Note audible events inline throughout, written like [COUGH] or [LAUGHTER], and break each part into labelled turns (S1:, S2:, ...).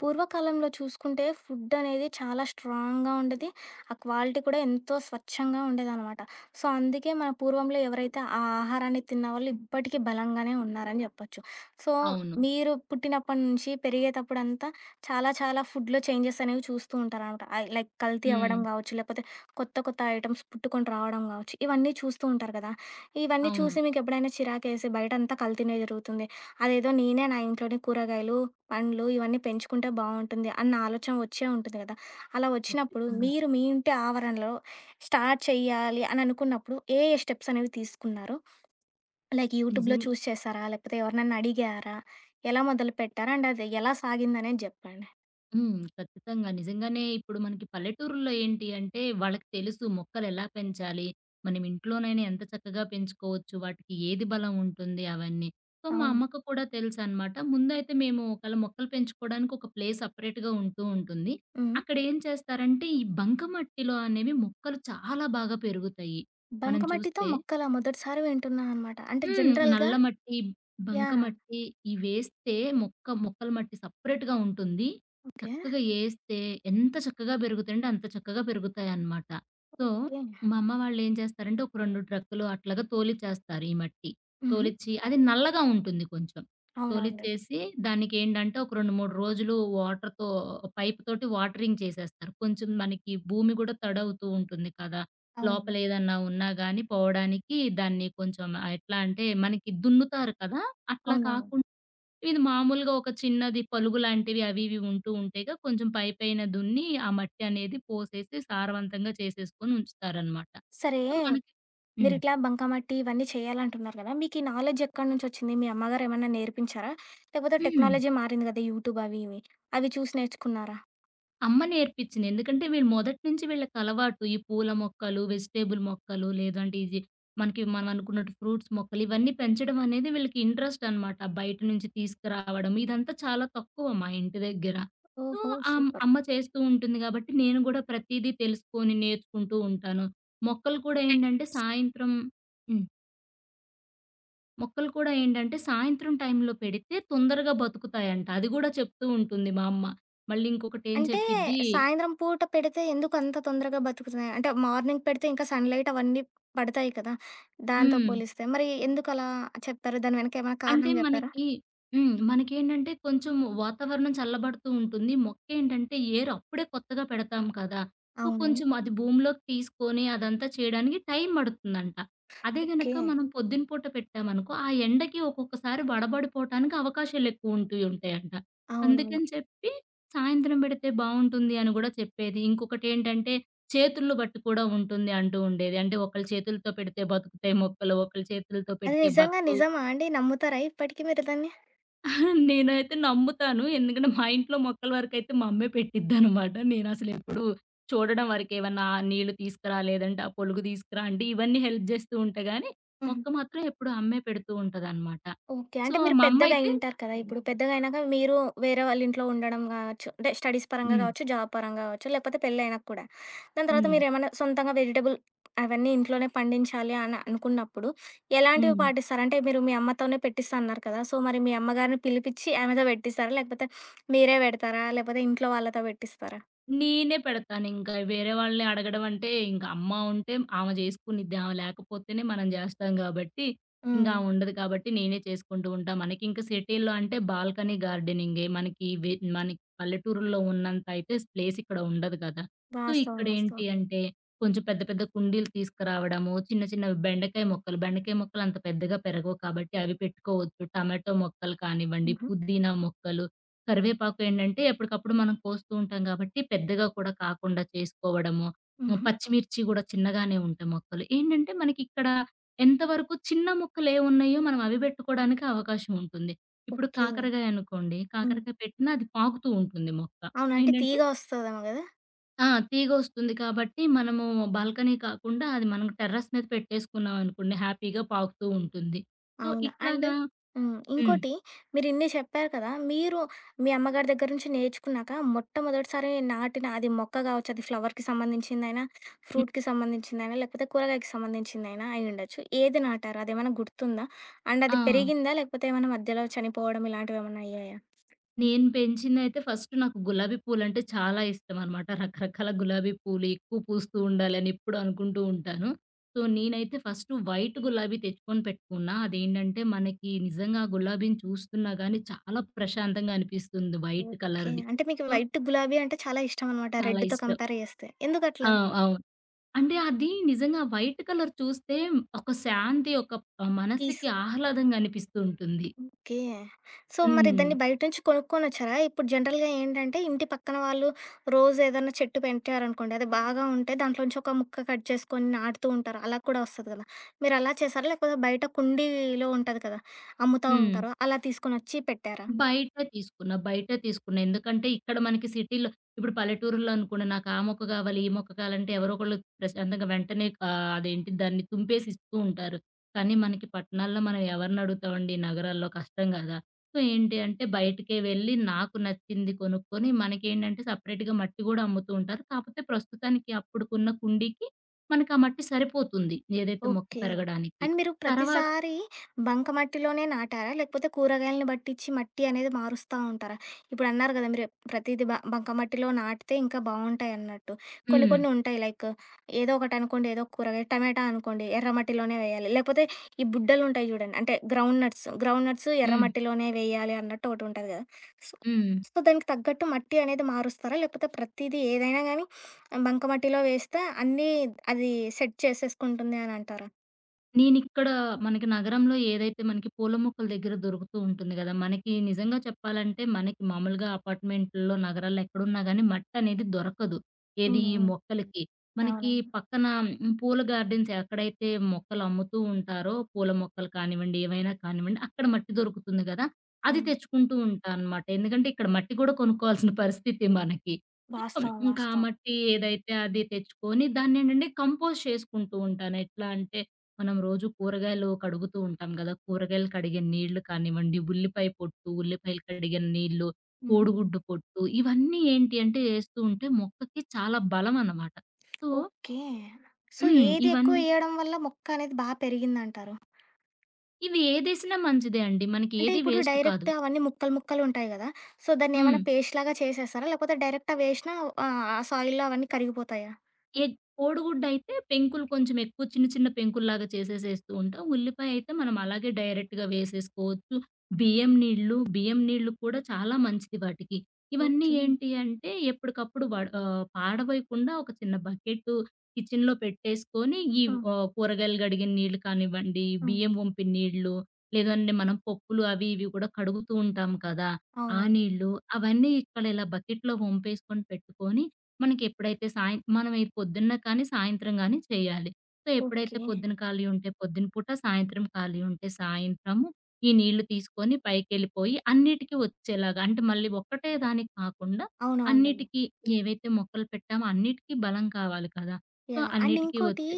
S1: పూర్వకాలంలో చూసుకుంటే ఫుడ్ అనేది చాలా స్ట్రాంగ్‌గా ఉండేది. ఆ క్వాలిటీ కూడా ఎంతో స్వచ్ఛంగా ఉండేదనమాట. సో, అందుకే మన పూర్వంలో ఎవరైతే ఆ ఆహారాన్ని తిన్నవాళ్ళు ఇప్పటికీ బలంగానే ఉన్నారని జెప్పొచ్చు. సో,
S2: అవును.
S1: మీరు పుట్టినప్పటి నుంచి పెరిగేతప్పుడంతా చాలా చాలా ఫుడ్‌లో చేంజెస్ అనేవి చూస్తూ ఉంటారనమాట. ఐ లైక్ కల్తీ అవ్వడం
S2: హ్మ్.
S1: గావచ్చు, లేకపోతే కొత్త కొత్త ఐటెమ్స్ పుట్టుకొని రావడం గావచ్చు. ఇవన్నీ చూస్తూ ఉంటారు కదా! ఇవన్నీ
S2: అవును.
S1: చూసి మీకెప్పుడైనా చిరాకేసి బయటంతా కల్తీనే జరుగుతుంది. అదేదో నేనే నా ఇంట్లోనే కూరగాయలు, పండ్లు ఇవన్నీ పెంచుకుంటే బావుంటుంది అన్న ఆలోచన వచ్చే ఉంటుంది గదా! అలా వచ్చినప్పుడు
S2: ఖచ్చితంగా.
S1: మీరు మీ ఇంటి ఆవరణలో స్టార్ట్ చేయాలి అని అనుకున్నప్పుడు ఏ ఏ స్టెప్స్ అనేవి తీసుకున్నారు? లైక్ యూట్యూబ్‌లో
S2: నిజం
S1: చూసి చేశారా? లేకపోతే ఎవరినన్నా అడిగారా? ఎలా మొదలుపెట్టారు? అండ్ అది ఎలా సాగిందనేది జెప్పండి.
S2: హ్మ్. ఖచ్చితంగా. నిజంగానే ఇప్పుడు మనకి పల్లెటూరుల్లో ఏంటి అంటే, వాళ్ళకి తెలుసు మొక్కలెలా పెంచాలి, మనం ఇంట్లోనైనా ఎంత చక్కగా పెంచుకోవచ్చు, వాటికి ఏది బలం ఉంటుంది అవన్నీ. సో, మా
S1: అవును.
S2: అమ్మకు కూడా తెలుసనమాట. ముందైతే మేము ఒకవేళ మొక్కలు పెంచుకోవడానికి ఒక ప్లేస్ సెపరేట్‌గా ఉంటూ ఉంటుంది.
S1: హ్మ్.
S2: అక్కడేం చేస్తారంటే, ఈ బంకమట్టిలో అనేవి మొక్కలు చాలా బాగా పెరుగుతాయి. మనం
S1: బంకమట్టితో
S2: చూస్తే
S1: మొక్కలా? మొదటిసారి వింటున్నా అనమాట. అంటే
S2: హ్మ్.
S1: జనరల్‌గా
S2: నల్ల మట్టి,
S1: యాహ్!
S2: బంకమట్టి ఇవేస్తే మొక్కల మట్టి సెపరేట్‌గా ఉంటుంది.
S1: ఓకే.
S2: చక్కగా ఏస్తే ఎంత చక్కగా పెరుగుతాయంటే అంత చక్కగా పెరుగుతాయన్నమాట. So,
S1: okay.
S2: మా అమ్మ వాళ్ళేం చేస్తారంటే ఒక 2 ట్రక్కులు అట్లాగా తోలిచ్చేస్తారు ఈ మట్టి.
S1: హుహు.
S2: తోలిచ్చి అది నల్లగా ఉంటుంది కొంచెం.
S1: అవునవునులెండి.
S2: తోలిచ్చేసి దానికేంటంటే ఒక 2, 3 రోజులు వాటర్‌తో పైప్ తోటి వాటరింగ్ చేసేస్తారు. కొంచెం మనకి భూమి గూడా తడవుతూ ఉంటుంది కదా!
S1: అవును.
S2: లోపల ఏదన్నా ఉన్నా గాని పోవడానికి దాన్ని కొంచెం ఎట్లా అంటే మనకి దున్నుతారు కదా! అట్లా
S1: అవునవును.
S2: కాకుండా ఇది మామూలుగా ఒక చిన్నది పలుగు లాంటివి అవి ఇవి ఉంటూ ఉంటేగా కొంచెం పైపైన దున్ని ఆ మట్టి అనేది పోసేసి సారవంతంగా చేసేసుకొని ఉంచుతారనమాట.
S1: సరే
S2: సో, మనకి
S1: మీరు
S2: హ్మ్.
S1: ఇట్లా బంకమట్టి ఇవన్నీ చేయాలంటున్నారు కదా! మీకు ఈ నాలెడ్జ్ ఎక్కడి నుంచి వచ్చింది? మీ అమ్మగారు ఏమన్నా నేర్పించారా? లేకపోతే
S2: హ్మ్.
S1: టెక్నాలజీ మారింది కదా! యూట్యూబ్ అవి ఇవి. అవి చూసి నేర్చుకున్నారా?
S2: అమ్మ నేర్పించింది. ఎందుకంటే వీళ్ళు మొదటి నుంచి వీళ్ళకలవాటు. ఈ పూల మొక్కలు, వెజిటబుల్ మొక్కలు లేదంటే ఇది మనకి మనం అనుకున్నట్టు ఫ్రూట్స్ మొక్కలు ఇవన్నీ పెంచడం అనేది వీళ్ళకి ఇంట్రెస్ట్ అనమాట. బయట నుంచి తీసుకురావడం ఇదంతా చాలా తక్కువ మా ఇంటి దగ్గర. సో,
S1: ఓహో! సూపర్.
S2: అమ్మ చేస్తూ ఉంటుంది కాబట్టి నేను గూడా ప్రతీదీ తెలుసుకొని నేర్చుకుంటూ ఉంటాను. మొక్కలు కూడా ఏంటంటే సాయంత్రం హ్మ్. మొక్కలు కూడా ఏంటంటే సాయంత్రం టైంలో పెడితే తొందరగా బతుకుతాయంట. అది గూడా చెప్తూ ఉంటుంది మా అమ్మ. మళ్ళీ ఇంకొకటేం
S1: అంటే
S2: చెప్పిద్ది
S1: సాయంత్రం పూట పెడితే ఎందుకు అంత తొందరగా బతుకుతున్నాయి? అంటే మార్నింగ్ పెడితే ఇంకా సన్‌లైట్ అవన్నీ పడతాయి కదా! దాంతో
S2: హ్మ్.
S1: పోలిస్తే. మరి ఎందుకు అలా చెప్పారు? దాని వెనక ఏమైనా
S2: అంటే
S1: కారణం చెప్పారా?
S2: మనకి హ్మ్. మనకేంటంటే కొంచెం వాతావరణం చల్లబడుతూ ఉంటుంది. మొక్కేంటంటే ఏరు అప్పుడే కొత్తగా పెడతాం కదా! సో,
S1: అవునవును.
S2: కొంచెం అది భూమిలోకి తీసుకొని అదంతా చేయడానికి టైం పడుతుందంట. అదే
S1: ఓకే.
S2: గనక మనం పొద్దున పూట పెట్టామనుకో, ఆ ఎండకి ఒక్కొక్కసారి వడబడిపోవటానికి అవకాశాలెక్కువ ఉంటూ ఉంటాయంట.
S1: అవునవును.
S2: అందుకని చెప్పి సాయంత్రం పెడితే బావుంటుంది అని గూడా చెప్పేది. ఇంకొకటేంటంటే చేతుల్లో బట్టి కూడా ఉంటుంది అంటూ ఉండేది. అంటే ఒకళ్ళ చేతులతో పెడితే బతుకుతాయి మొక్కలు, ఒకళ్ళ చేతులతో
S1: అది
S2: పెడితే
S1: నిజంగా
S2: బతకవు.
S1: నిజమా అండి? నమ్ముతారా ఇప్పటికి మీరు దాన్ని?
S2: నేనైతే నమ్ముతాను. ఎందుకంటే మా ఇంట్లో మొక్కల వరకైతే మా అమ్మే పెట్టిద్దనమాట. నేనసలెప్పుడు చూడడం వరకే. ఏవన్నా నీళ్లు తీసుకురా, లేదంటే ఆ పొలుగు తీసుకురా అంటే ఇవన్నీ హెల్ప్ జేస్తూ ఉంటా గానీ,
S1: హుహు.
S2: మొక్క మాత్రం ఎప్పుడు అమ్మే పెడుతూ ఉంటదనమాట.
S1: ఓకే.
S2: సో,
S1: అంటే మీరు
S2: మా
S1: పెద్దగా
S2: అమ్మయితే
S1: అయ్యుంటారు కదా! ఇప్పుడు పెద్దగా అయినాక మీరు వేరే వాళ్ళ ఇంట్లో ఉండడం గావచ్చు, అంటే స్టడీస్ పరంగా
S2: హ్మ్.
S1: గావచ్చు, జాబ్ పరంగా గావచ్చు, లేకపోతే పెళ్ళైనాక కూడా. దాని తర్వాత
S2: హ్మ్.
S1: మీరేమన్నా సొంతంగా వెజిటబుల్ అవన్నీ ఇంట్లోనే పండించాలి అని అనుకున్నప్పుడు ఎలాంటివి
S2: హ్మ్.
S1: పాటిస్తారు? అంటే మీరు మీ అమ్మతోనే పెట్టిస్తా అన్నారు కదా! సో, మరి మీ అమ్మగారిని పిలిపిచ్చి ఆమెతో పెట్టిస్తారా? లేకపోతే మీరే పెడతారా? లేకపోతే ఇంట్లో వాళ్ళతో పెట్టిస్తారా?
S2: నేనే పెడతానింకా. వేరే వాళ్ళని అడగడం అంటే, ఇంక అమ్మ ఉంటే ఆమె జేసుకునిద్ది. ఆమె లేకపోతేనే మనం జేస్తాం గాబట్టి, ఇంక
S1: హ్మ్.
S2: ఆమె ఉండదు కాబట్టి నేనే చేసుకుంటూ ఉంటా. మనకింక సిటీల్లో అంటే బాల్కనీ గార్డెనింగే. మనకి పల్లెటూరుల్లో ఉన్నంత అయితే ప్లేస్ ఇక్కడ ఉండదు కదా! సో,
S1: వాస్తవం.
S2: ఇక్కడేంటి
S1: వాస్తవం.
S2: అంటే, కొంచెం పెద్ద పెద్ద కుండీలు తీసుకురావడము, చిన్న చిన్న బెండకాయ మొక్కలు, బెండకాయ మొక్కలు అంత పెద్దగా పెరగవు కాబట్టి అవి పెట్టుకోవచ్చు. టమాటో మొక్కలు కానివ్వండి,
S1: హుహు.
S2: పుదీనా మొక్కలు కరివేపాకు ఏంటంటే ఎప్పటికప్పుడు మనం కోస్తూ ఉంటాం కాబట్టి పెద్దగా కూడా కాకుండా చేసుకోవడము. హ్మ్.
S1: హుహు.
S2: పచ్చిమిర్చి గూడా చిన్నగానే ఉంటాయి మొక్కలు. ఏంటంటే మనకిక్కడ ఎంతవరకు చిన్న మొక్కలేవున్నాయో మనం అవి పెట్టుకోవడానికి అవకాశం ఉంటుంది. ఇప్పుడు
S1: ఓకే.
S2: కాకరకాయ అనుకోండి.
S1: హ్మ్.
S2: కాకరకాయ పెట్టినా అది పాకుతూ ఉంటుంది మొక్క.
S1: అవును. అంటే
S2: ఏంటంటే
S1: తీయగా వస్తదేమో గదా!
S2: ఆ! తీగొస్తుంది కాబట్టి మనము బాల్కనీ కాకుండా అది మనం టెర్రస్ మీద పెట్టేసుకున్నాం అనుకోండి హ్యాపీగా పాకుతూ ఉంటుంది. సో,
S1: అవును. అండ్
S2: ఇట్లాగా
S1: హ్మ్.
S2: హ్మ్.
S1: ఇంకోటి మీరిన్ని చెప్పారు కదా! మీరు మీ అమ్మగారి దగ్గర నుంచి నేర్చుకున్నాక మొట్టమొదటిసారి నాటిన అది మొక్క గావచ్చు, అది ఫ్లవర్‌కి సంబంధించిందైనా,
S2: హ్మ్.
S1: ఫ్రూట్‌కి సంబంధించిందైనా, లేకపోతే కూరగాయకి సంబంధించిందైనా అయ్యుండొచ్చు. ఏది నాటారు? అదేమన్నా గుర్తుందా? అండ్
S2: ఆ!
S1: అది హ్మ్. పెరిగిందా? లేకపోతే ఏమన్నా మధ్యలో చనిపోవడం ఇలాంటివేమన్నా అయ్యాయా?
S2: నేను పెంచిందయితే ఫస్ట్ నాకు గులాబీ పూలంటే చాలా ఇష్టమనమాట. రకరకాల గులాబీ పూలు ఎక్కువ పూస్తూ ఉండాలని ఎప్పుడు అనుకుంటూ ఉంటాను. సో, నేనైతే ఫస్ట్ వైట్ గులాబీ తెచ్చుకొని పెట్టుకున్నా. అదేంటంటే మనకి నిజంగా ఆ గులాబీని చూస్తున్నా గానీ చాలా ప్రశాంతంగా అనిపిస్తుంది వైట్
S1: ఓకే.
S2: కలర్‌ది.
S1: అంటే మీకు
S2: సో,
S1: వైట్ గులాబీ అంటే చాలా ఇష్టమనమాట
S2: చాలా
S1: రెడ్‌తో
S2: ఇష్టం.
S1: కంపేర్ చేస్తే. ఎందుకట్లా?
S2: ఆ! అవును. అంటే అది నిజంగా వైట్ కలర్ చూస్తే ఒక శాంతి, ఒక
S1: పీస్.
S2: మనసుకి ఆహ్లాదంగా అనిపిస్తూ ఉంటుంది.
S1: ఓకే. సో, మరి
S2: హ్మ్.
S1: దాన్ని బయట నుంచి కొనుక్కొనొచ్చారా? ఇప్పుడు జనరల్‌గా ఏంటంటే, ఇంటి పక్కన వాళ్ళు రోజు ఏదన్నా చెట్టు పెంచారనుకోండి, అది బాగా ఉంటే దాంట్లోంచి ఒక ముక్క కట్ చేసుకొని నాటుతూ ఉంటారు. అలా కూడా వస్తది కదా! మీరలా చేశారా? లేకపోతే బయట కుండీలో ఉంటది కదా! అమ్ముతా
S2: హ్మ్.
S1: ఉంటారు. అలా తీసుకొనొచ్చి పెట్టారా?
S2: బయట తీసుకున్న. ఎందుకంటే ఇక్కడ మనకి సిటీలో ఇప్పుడు పల్లెటూరులో అనుకోండి నాకు ఆ మొక్క కావాలి, ఈ మొక్క కావాలంటే ఎవరో ఒకళ్ళు ప్రశాంతంగా వెంటనే అదేంటి దాన్ని తుంపేసి ఇస్తూ ఉంటారు. కానీ మనకి పట్టణాల్లో మనం ఎవరిని అడుగుతామండి నగరాల్లో కష్టం కదా! సో, ఏంటి అంటే బయటకే వెళ్ళి నాకు నచ్చింది కొనుక్కొని మనకేంటంటే సెపరేట్‌గా మట్టి కూడా అమ్ముతూ ఉంటారు. కాకపోతే ప్రస్తుతానికి అప్పుడుకున్న కుండీకి మనకు ఆ మట్టి సరిపోతుంది. ఏదైతే మొక్క
S1: ఓకే.
S2: పెరగడానికి.
S1: అండ్ మీరు
S2: తర్వా
S1: ప్రతిసారి బంకమట్టిలోనే నాటారా? లేకపోతే కూరగాయలని బట్టిచ్చి మట్టి అనేది మారుస్తా ఉంటారా? ఇప్పుడన్నారు గదా! మీరు ప్రతీది బంకమట్టిలో నాటితే ఇంకా బావుంటాయన్నట్టు. కొన్ని
S2: హ్మ్.
S1: కొన్ని ఉంటాయి లైక్ ఏదో ఒకటనుకోండి, ఏదో ఒక కూరగాయ టమాటా అనుకోండి ఎర్రమట్టిలోనే వేయాలి. లేకపోతే ఈ బుడ్డలుంటాయి జూడండి. అంటే గ్రౌండ్ నట్స్, గ్రౌండ్ నట్స్
S2: హ్మ్.
S1: ఎర్రమట్టిలోనే వేయాలి అన్నట్టు ఒకటుంటది గదా! సో,
S2: హ్మ్.
S1: సో, దానికి తగ్గట్టు మట్టి అనేది మారుస్తారా? లేకపోతే ప్రతీది ఏదైనా గానీ బంకమట్టిలో వేస్తే అన్నీ అది సెట్ చేసేసుకుంటుంది అనంటారా?
S2: నేనిక్కడ మనకి నగరంలో ఏదైతే మనకి పూల మొక్కల దగ్గర దొరుకుతూ ఉంటుంది గదా! మనకి నిజంగా చెప్పాలంటే మనకి మామూలుగా అపార్ట్‌మెంట్‌ల్లో, నగరాల్లో ఎక్కడున్నా గానీ మట్టనేది దొరకదు. ఏది
S1: హ్మ్.
S2: ఈ
S1: హ్మ్.
S2: మొక్కలకి. మనకి
S1: అవునవును.
S2: పక్కన హ్మ్, పూల గార్డెన్స్ ఎక్కడైతే మొక్కలు అమ్ముతూ ఉంటారో, పూల మొక్కలు కానివ్వండి, ఏవైనా కానివ్వండి, అక్కడ మట్టి దొరుకుతుంది గదా! అది
S1: హ్మ్.
S2: తెచ్చుకుంటూ ఉంటా అనమాట. ఎందుకంటే ఇక్కడ మట్టి గూడా కొనుక్కోవాల్సిన [LAUGHS] పరిస్థితి మనకి. సో,
S1: వాస్తవం.
S2: ఇంకా ఆ
S1: వాస్తవం.
S2: మట్టి ఏదైతే అది తెచ్చుకొని దాన్నేంటంటే కంపోజ్ చేసుకుంటూ ఉంటాను. ఎట్లా అంటే మనం రోజు కూరగాయలు కడుగుతూ ఉంటాం గదా! కూరగాయలు కడిగే నీళ్లు కానివ్వండి, ఉల్లిపాయ పొట్టు, ఉల్లిపాయలు కడిగే నీళ్లు,
S1: హుహు.
S2: కోడిగుడ్డు పొట్టు ఇవన్నీ ఏంటి అంటే ఏస్తూ ఉంటే మొక్కకి చాలా బలం అన్నమాట. So
S1: okay. సో,
S2: హ్మ్.
S1: ఏది ఎక్కువ ఎయడం వల్ల మొక్క అనేది బా పెరిగిందంటారు?
S2: ఇవి ఏదేసినా మంచిదే అండి. మనకి
S1: అంటే
S2: ఏది
S1: ఇప్పుడు
S2: వేస్ట్ కాదు.
S1: డైరెక్ట్ అవన్నీ ముక్కలు ముక్కలుంటాయి గదా! సో,
S2: హ్మ్.
S1: దాన్నేమన్నా పేస్ట్ లాగా చేసేస్తారా? లేకపోతే డైరెక్ట్ అవేసినా ఆహ్, ఆ సాయిల్‌లో అవన్నీ కరిగిపోతాయా?
S2: ఎగ్ కోడిగుడ్డయితే పెంకులు కొంచెం ఎక్కువ చిన్న చిన్న పెంకుల్లాగా చేసేసేస్తూ ఉంటాం. ఉల్లిపాయ అయితే మనం అలాగే డైరెక్ట్‌గా వేసేసుకోవచ్చు.
S1: ఉమ్,
S2: బియ్యం నీళ్ళు కూడా చాలా మంచిది వాటికి. ఇవన్నీ
S1: ఓకే.
S2: ఏంటి అంటే ఎప్పటికప్పుడు పాడవకుండా ఒక చిన్న బకెట్టు కిచెన్‌లో పెట్టేసుకొని ఈ
S1: ఆ!
S2: కూరగాయలు కడిగిన నీళ్ళు కానివ్వండి,
S1: ఆ!
S2: బియ్యం వంపిన నీళ్ళు, లేదంటే మనం పప్పులు అవి ఇవి కూడా కడుగుతూ ఉంటాం కదా! ఆ
S1: అవునవును.
S2: నీళ్ళు అవన్నీ ఇక్కడ ఇలా బకెట్‌లో వంపేసుకొని పెట్టుకొని మనకెప్పుడైతే సాయం మనం ఈ పొద్దున్న కానీ, సాయంత్రం గానీ చేయాలి. సో, ఎప్పుడైతే
S1: ఓకే.
S2: పొద్దున ఖాళీ ఉంటే పొద్దున పూట, సాయంత్రం ఖాళీ ఉంటే సాయంత్రము ఈ నీళ్లు తీసుకొని పైకెళ్ళిపోయి అన్నిటికి వచ్చేలాగా అంటే మళ్ళీ ఒక్కటే దానికి కాకుండా
S1: అవునవునులెండి.
S2: అన్నిటికి ఏవైతే మొక్కలు పెట్టామో అన్నిటికి బలం కావాలి కదా! So,
S1: yeah! అండ్
S2: అన్నిటికి
S1: ఇంకోటి
S2: వచ్చే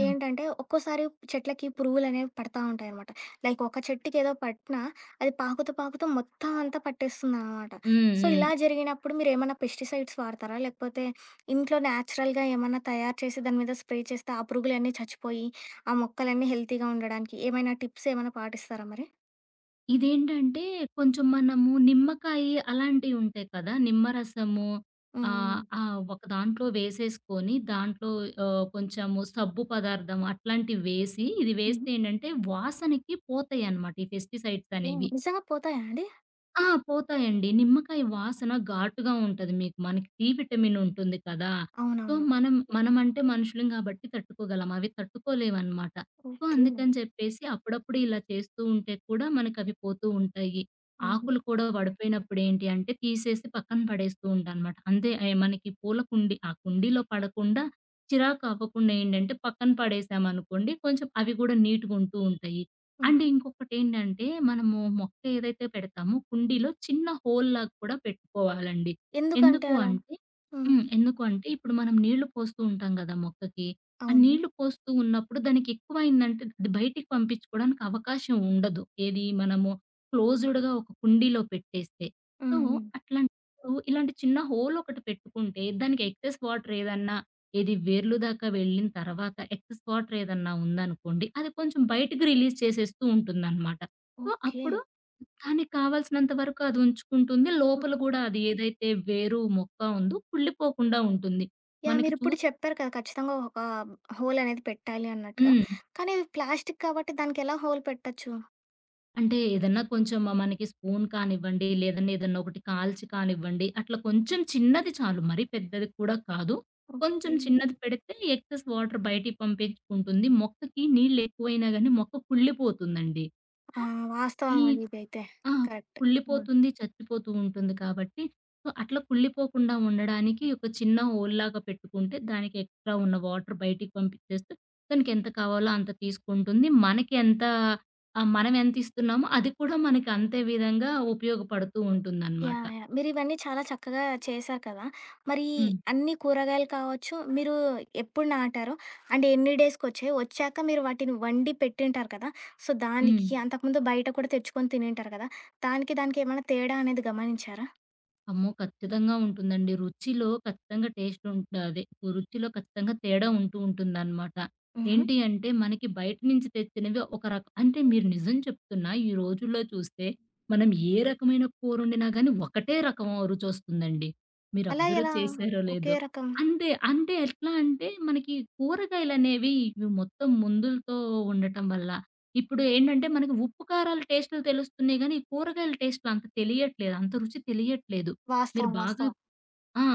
S2: హ్మ్.
S1: ఏంటంటే, ఒక్కోసారి చెట్లకి పురుగులనేవి పడతా ఉంటాయనమాట. లైక్ ఒక చెట్టుకేదో పట్టినా, అది పాకుతూ, పాకుతూ మొత్తం అంతా పట్టేస్తుందనమాట.
S2: హ్మ్.
S1: సో,
S2: హ్మ్.
S1: ఇలా జరిగినప్పుడు మీరేమన్నా పెస్టిసైడ్స్ వాడతారా? లేకపోతే ఇంట్లో న్యాచురల్‌గా ఏమన్నా తయారు చేసి దాని మీద స్ప్రే చేస్తే ఆ పురుగులన్నీ చచ్చిపోయి, ఆ మొక్కలన్నీ హెల్తీగా ఉండడానికి ఏమైనా టిప్స్ ఏమైనా పాటిస్తారా మరి?
S2: ఇదేంటంటే, కొంచెం మనము నిమ్మకాయి అలాంటియుంటాయి కదా! నిమ్మరసము ఆహ్,
S1: హ్మ్.
S2: ఆ ఒక దాంట్లో వేసేసుకొని, దాంట్లో కొంచెము సబ్బు పదార్థం అట్లాంటివి వేసి, ఇది
S1: హుహు.
S2: వేస్తే ఏంటంటే వాసనకి పోతాయనమాట ఈ పెస్టిసైడ్స్
S1: యాహ్!
S2: అనేవి.
S1: నిజంగా పోతాయా అండి?
S2: ఆ! పోతాయండి. నిమ్మకాయ వాసన ఘాటుగా ఉంటది మీకు. మనకి డి విటమిన్ ఉంటుంది కదా! సో,
S1: అవునవును.
S2: మనం మనమంటే మనుషులం కాబట్టి తట్టుకోగలం. అవి తట్టుకోలేవనమాట. So,
S1: okay.
S2: అందుకని చెప్పేసి అప్పుడప్పుడు ఇలా చేస్తూ ఉంటే కూడా మనకవి పోతూ ఉంటాయి.
S1: హుహు.
S2: ఆకులు కూడా పడిపోయినప్పుడు ఏంటి అంటే తీసేసి పక్కన పడేస్తూ ఉంటానమాట. అంతే అయి మనకి పూల కుండీ ఆ కుండీలో పడకుండా చిరాకు అవ్వకుండా ఏంటంటే పక్కన పడేసామనుకోండి కొంచెం అవి కూడా నీట్‌గుంటూ ఉంటాయి. అంటే
S1: హుహు.
S2: ఇంకొకటేంటంటే, మనము మొక్క ఏదైతే పెడతామో కుండీలో చిన్న హోల్‌లాగా కూడా పెట్టుకోవాలండి.
S1: ఎందుకంటే
S2: ఎందుకు
S1: అలా?
S2: అంటే
S1: హ్మ్.
S2: హ్మ్. ఎందుకు అంటే ఇప్పుడు మనం నీళ్లు పోస్తూ ఉంటాం గదా మొక్కకి. ఆ
S1: అవును.
S2: నీళ్లు పోస్తూ ఉన్నప్పుడు దానికి ఎక్కువయిందంటే అది బయటికి పంపించుకోవడానికి అవకాశం ఉండదు. ఏది మనము క్లోజ్డ్‌గా ఒక కుండీలో పెట్టేస్తే. సో,
S1: హ్మ్. హ్మ్.
S2: అట్లాంటప్పుడు ఇలాంటి చిన్న హోల్ ఒకటి పెట్టుకుంటే దానికి ఎక్సెస్ వాటర్ ఏదన్నా ఇది వేర్లు దాకా వెళ్ళిన తర్వాత ఎక్స్ వాటర్ ఏదన్నా ఉందనుకోండి, అది కొంచెం బయటికి రిలీజ్ చేసేస్తూ ఉంటుందనమాట. So,
S1: okay.
S2: అప్పుడు దానికి కావాల్సినంత వరకు అది ఉంచుకుంటుంది.
S1: హ్మ్.
S2: లోపల గూడా అది ఏదైతే వేరు మొక్క ఉందో కుళ్ళిపోకుండా ఉంటుంది.
S1: యాహ్!
S2: మనకి చూ
S1: మీరిప్పుడు చెప్పారు కదా! ఖచ్చితంగా ఒక హోల్ అనేది పెట్టాలి అన్నట్టుగా.
S2: హ్మ్.
S1: కానీ ఇది ప్లాస్టిక్ కాబట్టి దానికెలా హోల్ పెట్టొచ్చు?
S2: అంటే ఏదన్నా కొంచెం మనకి స్పూన్ కానివ్వండి, లేదన్నా ఏదన్నా ఒకటి కాల్చి కానివ్వండి, అట్లా కొంచెం చిన్నది చాలు. మరీ పెద్దది కూడా కాదు. కొంచెం
S1: ఓకే.
S2: చిన్నది పెడితే ఎక్సెస్ వాటర్ బయటికి పంపించుకుంటుంది. మొక్కకి నీళ్లు ఎక్కువైనా గాని మొక్క కుళ్ళిపోతుందండి.
S1: ఆ!
S2: సో,
S1: వాస్తవం
S2: ఈ
S1: అండి ఇదైతే.
S2: ఆ!
S1: కరెక్ట్. హ్మ్.
S2: కుళ్ళిపోతుంది, చచ్చిపోతూ ఉంటుంది కాబట్టి, సో, అట్లా కుళ్ళిపోకుండా ఉండడానికి ఒక చిన్న హోల్‌లాగా పెట్టుకుంటే, దానికి ఎక్స్‌ట్రా ఉన్న వాటర్ బయటికి పంపించేస్తే, దానికి ఎంత కావాలో అంత తీసుకుంటుంది. మనకి ఎంత మనం ఎంత ఇస్తున్నామో అది కూడా మనకి అంతే విధంగా ఉపయోగపడుతూ ఉంటుందనమాట.
S1: యాహ్! యాహ్! మీరివన్నీ చాలా చక్కగా చేశారు కదా! మరి
S2: హ్మ్.
S1: అన్ని కూరగాయలు కావచ్చు, మీరు ఎప్పుడు నాటారు? అండ్ ఎన్ని డేస్‌కొచ్చాయి? వచ్చాక మీరు వాటిని వండి పెట్టింటారు కదా! సో,
S2: హ్మ్.
S1: దానికి అంతకుముందు బయట కూడా తెచ్చుకొని తినింటారు కదా! దానికి, దానికేమైనా తేడా అనేది గమనించారా?
S2: అమ్మో! ఖచ్చితంగా ఉంటుందండి. రుచిలో ఖచ్చితంగా తేడా ఉంటూ ఉంటుందనమాట.
S1: హుహు.
S2: ఏంటి అంటే మనకి బయట నుంచి తెచ్చినవి ఒక రక అంటే మీరు నిజం చెప్తున్నా ఈ రోజుల్లో చూస్తే మనం ఏ రకమైన కూరొండినా గానీ ఒకటే రకం రుచొస్తుందండి. మీరు
S1: అలా
S2: అబ్జర్వ్
S1: ఎలా?
S2: చేశారో లేదో.
S1: ఒకే రకం
S2: అంతే. అంటే ఎట్లా అంటే మనకి కూరగాయలనేవి ఇవి మొత్తం మందులతో ఉండటం వల్ల ఇప్పుడు ఏంటంటే మనకి ఉప్పు, కారాల టేస్టులు తెలుస్తున్నాయి గానీ, ఈ కూరగాయల టేస్టులు అంత తెలియట్లేదు. అంత రుచి తెలియట్లేదు. మీరు
S1: వాస్తవం.
S2: బాగా
S1: వాస్తవం.
S2: ఆ!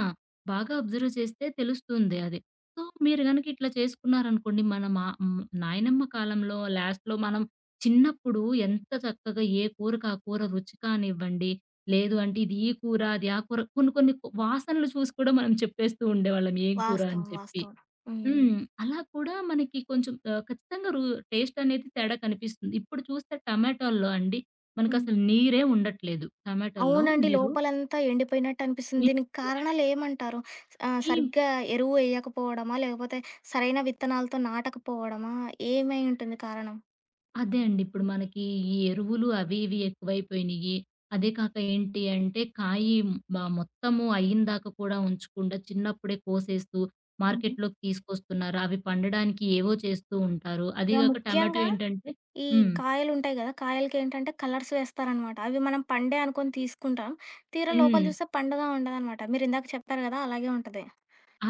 S2: బాగా అబ్జర్వ్ చేస్తే తెలుస్తుంది అది. సో, మీరు గనక ఇట్లా చేసుకున్నారనుకోండి మన మా హ్మ్, నాయనమ్మ కాలంలో లాస్ట్‌లో మనం చిన్నప్పుడు ఎంత చక్కగా ఏ కూరకు ఆ కూర రుచి కానివ్వండి, లేదు అంటే ఇది ఈ కూర, అది ఆ కూర కొన్ని కొన్ని వాసనలు చూసి కూడా మనం చెప్పేస్తూ ఉండేవాళ్ళం ఏం కూర అని
S1: వాస్తవం.
S2: చెప్పి.
S1: వాస్తవం. హ్మ్.
S2: హ్మ్. అలా కూడా మనకి కొంచెం ఖచ్చితంగా టేస్ట్ అనేది తేడా కనిపిస్తుంది. ఇప్పుడు చూస్తే టమాటోల్లో అండి
S1: హ్మ్.
S2: మనకసలు నీరే ఉండట్లేదు. టమాటోల్లో
S1: అవునండి.
S2: మీరు
S1: లోపలంతా ఎండిపోయినట్టు అనిపిస్తుంది. దీనికి కారణాలేమంటారు? ఆహ్,
S2: ఈ
S1: సరిగ్గా ఎరువు ఎయ్యకపోవడమా? లేకపోతే సరైన విత్తనాలతో నాటకపోవడమా? ఏమై ఉంటుంది కారణం?
S2: అదే అండి. ఇప్పుడు మనకి ఈ ఎరువులు అవి ఇవి ఎక్కువైపోయినియి. అదే కాక ఏంటి అంటే మొత్తము అయ్యిందాక కూడా ఉంచకుండా చిన్నప్పుడే కోసేస్తూ
S1: హుహు.
S2: మార్కెట్‌లోకి తీసుకొస్తున్నారు. అవి పండడానికి ఏవో చేస్తూ ఉంటారు. అదీ
S1: యాహ్!
S2: గాక టమాటో
S1: ముఖ్యంగా
S2: ఏంటంటే
S1: ఈ
S2: హ్మ్.
S1: కాయలుంటాయి గదా! కాయలకేంటంటే కలర్స్ వేస్తారనమాట. అవి మనం పండే అనుకోని తీసుకుంటాం. తీరా లోపల
S2: హ్మ్.
S1: చూస్తే పండుగా ఉండదనమాట. మీరిందాక చెప్పారు గదా! అలాగే ఉంటది.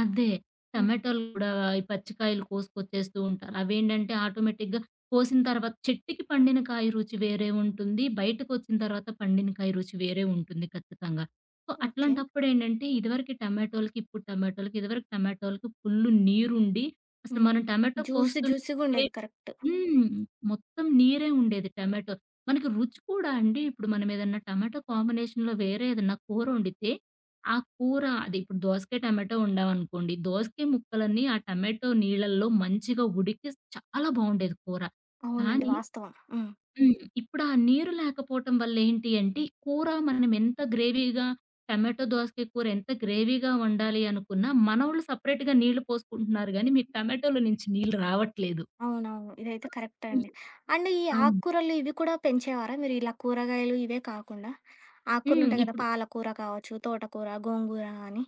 S2: అదే.
S1: హ్మ్.
S2: టమాటాలు గూడా ఈ పచ్చికాయలు కోసుకొచ్చేస్తూ ఉంటారు. అవేంటంటే ఆటోమేటిక్‌గా కోసిన తర్వాత చెట్టుకి పండిన కాయ రుచి వేరే ఉంటుంది. బయటకొచ్చిన తర్వాత పండిన కాయ రుచి వేరే ఉంటుంది ఖచ్చితంగా. So,
S1: okay.
S2: అట్లాంటప్పుడేంటంటే ఇదివరకి టమాటోలకి, ఇప్పుడు టమాటోలకి, ఇదివరకు టమాటోలకి ఫుల్లు నీరుండి అసలు
S1: హ్మ్.
S2: మనం టమాటో
S1: జ్యూసీ
S2: కోస్తుంటే
S1: జ్యూసీగుండేది కరెక్ట్.
S2: హ్మ్. మొత్తం నీరే ఉండేది టమాటో. మనకి రుచి కూడా అండి ఇప్పుడు మనం ఏదన్నా టమాటో కాంబినేషన్‌లో వేరే ఏదన్నా కూరొండితే, ఆ కూర అది ఇప్పుడు దోసకాయ టమాటో వండామనుకోండి, దోసకాయ ముక్కలన్నీ ఆ టమాటో నీళ్ళల్లో మంచిగా ఉడికి చాలా బావుండేది కూర.
S1: అవునండి.
S2: కానీ
S1: వాస్తవం. హ్మ్.
S2: హ్మ్. హ్మ్. ఇప్పుడు ఆ నీరు లేకపోవటం వల్ల ఏంటి అంటే, కూర మనం ఎంత గ్రేవీగా టమాటో దోసకాయ కూర ఎంత గ్రేవీగా వండాలి అనుకున్నా, మనోళ్ళు సెపరేట్‌గా నీళ్లు పోసుకుంటున్నారు గానీ, మీకు టమాటోలో నుంచి నీళ్ళు రావట్లేదు.
S1: అవునవును. ఇదైతే కరెక్టే
S2: హ్మ్.
S1: అండి. అండ్ ఈ
S2: అవును.
S1: ఆకుకూరలు ఇవి కూడా పెంచేవారా మీరు? ఇలా కూరగాయలు ఇవే కాకుండా
S2: హ్మ్.
S1: ఆకుకూరలుంటాయి కదా!
S2: ఇప్పుడు
S1: పాలకూర కావచ్చు, తోటకూర, గోంగూర అని.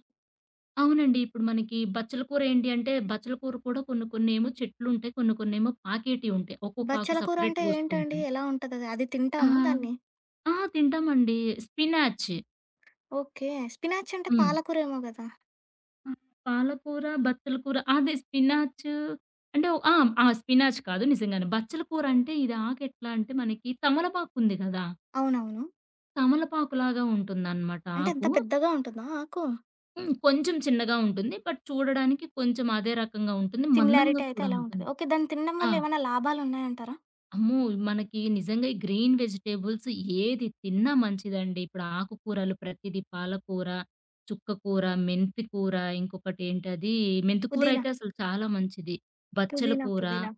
S2: అవునండి. ఇప్పుడు మనకి బచ్చల కూర ఏంటి అంటే, బచ్చల కూర కూడా కొన్ని కొన్నేమో చెట్లుంటాయి. కొన్ని కొన్నేమో పాకేటియి ఉంటాయి. ఒక్కొక్క ఆకు
S1: బచ్చల కూర అంటే
S2: సెపరేట్‌గా వస్తూ
S1: ఏంటండి?
S2: ఉంటుంది.
S1: ఎలా ఉంటదది? అది అది
S2: ఆ!
S1: తింటామా దాన్ని?
S2: ఆ! తింటామండి. స్పినాచ్.
S1: ఓకే. స్పినాచ్ అంటే
S2: హ్మ్.
S1: పాలకూరేమో గదా!
S2: ఆ! పాలకూర, బచ్చల కూర అదే స్పినాచు అంటే ఆ! ఆ! స్పినాచ్ కాదు నిజంగానే. బచ్చల కూర అంటే ఇది ఆకెట్లా అంటే మనకి తమలపాకుంది గదా!
S1: అవునవును.
S2: తమలపాకులాగా ఉంటుందనమాట
S1: అంటే అంత
S2: ఆకు.
S1: పెద్దగా ఉంటుందా ఆకు?
S2: హ్మ్. కొంచెం చిన్నగా ఉంటుంది. బట్ చూడడానికి కొంచెం అదే రకంగా ఉంటుంది. మందంగా
S1: సిమిలారిటీ అయితే
S2: కూడా
S1: అలా ఉంటది.
S2: ఉంటుంది.
S1: ఓకే. దాన్ని తినడం
S2: ఆ!
S1: వల్ల ఏమైనా లాభాలున్నాయంటారా?
S2: అమ్మో! మనకి నిజంగా ఈ గ్రీన్ వెజిటబుల్స్ ఏది తిన్నా మంచిదండి. ఇప్పుడు ఆకుకూరలు ప్రతిది పాలకూర, చుక్కకూర, మెంతి కూర, ఇంకొకటేంటది మెంతికూర
S1: పుదీనా,
S2: అయితే అసలు చాలా మంచిది. బచ్చల
S1: పుదీనా,
S2: కూర
S1: పుదీనా.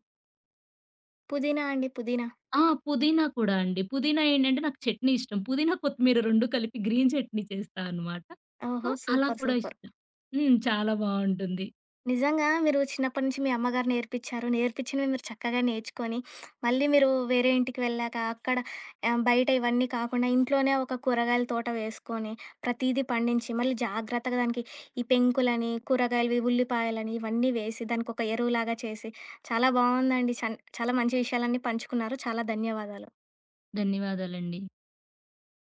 S1: పుదీనా అండి. పుదీనా.
S2: ఆ! పుదీనా కూడా అండి. పుదీనా ఏంటంటే నాకు చట్నీ ఇష్టం. పుదీనా, కొత్తిమీర 2 కలిపి గ్రీన్ చట్నీ చేస్తా అనమాట. సో,
S1: ఓహో!
S2: అలా
S1: సూపర్.
S2: కూడా
S1: సూపర్.
S2: ఇష్టం. హ్మ్. చాలా బావుంటుంది.
S1: నిజంగా మీరు చిన్నప్పటి నుంచి మీ అమ్మగారు నేర్పించారు. నేర్పించినవి మీరు చక్కగా నేర్చుకొని, మళ్ళీ మీరు వేరే ఇంటికి వెళ్ళాక అక్కడ ఆహ్, బయట ఇవన్నీ కాకుండా ఇంట్లోనే ఒక కూరగాయల తోట వేసుకొని, ప్రతీదీ పండించి, మళ్ళీ జాగ్రత్తగా దానికి ఈ పెంకులని, కూరగాయలవి, ఉల్లిపాయలని ఇవన్నీ వేసి, దానికొక ఎరువులాగా చేసి, చాలా బావుందండి. చన్ చాలా మంచి విషయాలన్నీ పంచుకున్నారు. చాలా ధన్యవాదాలు.
S2: ధన్యవాదాలండి.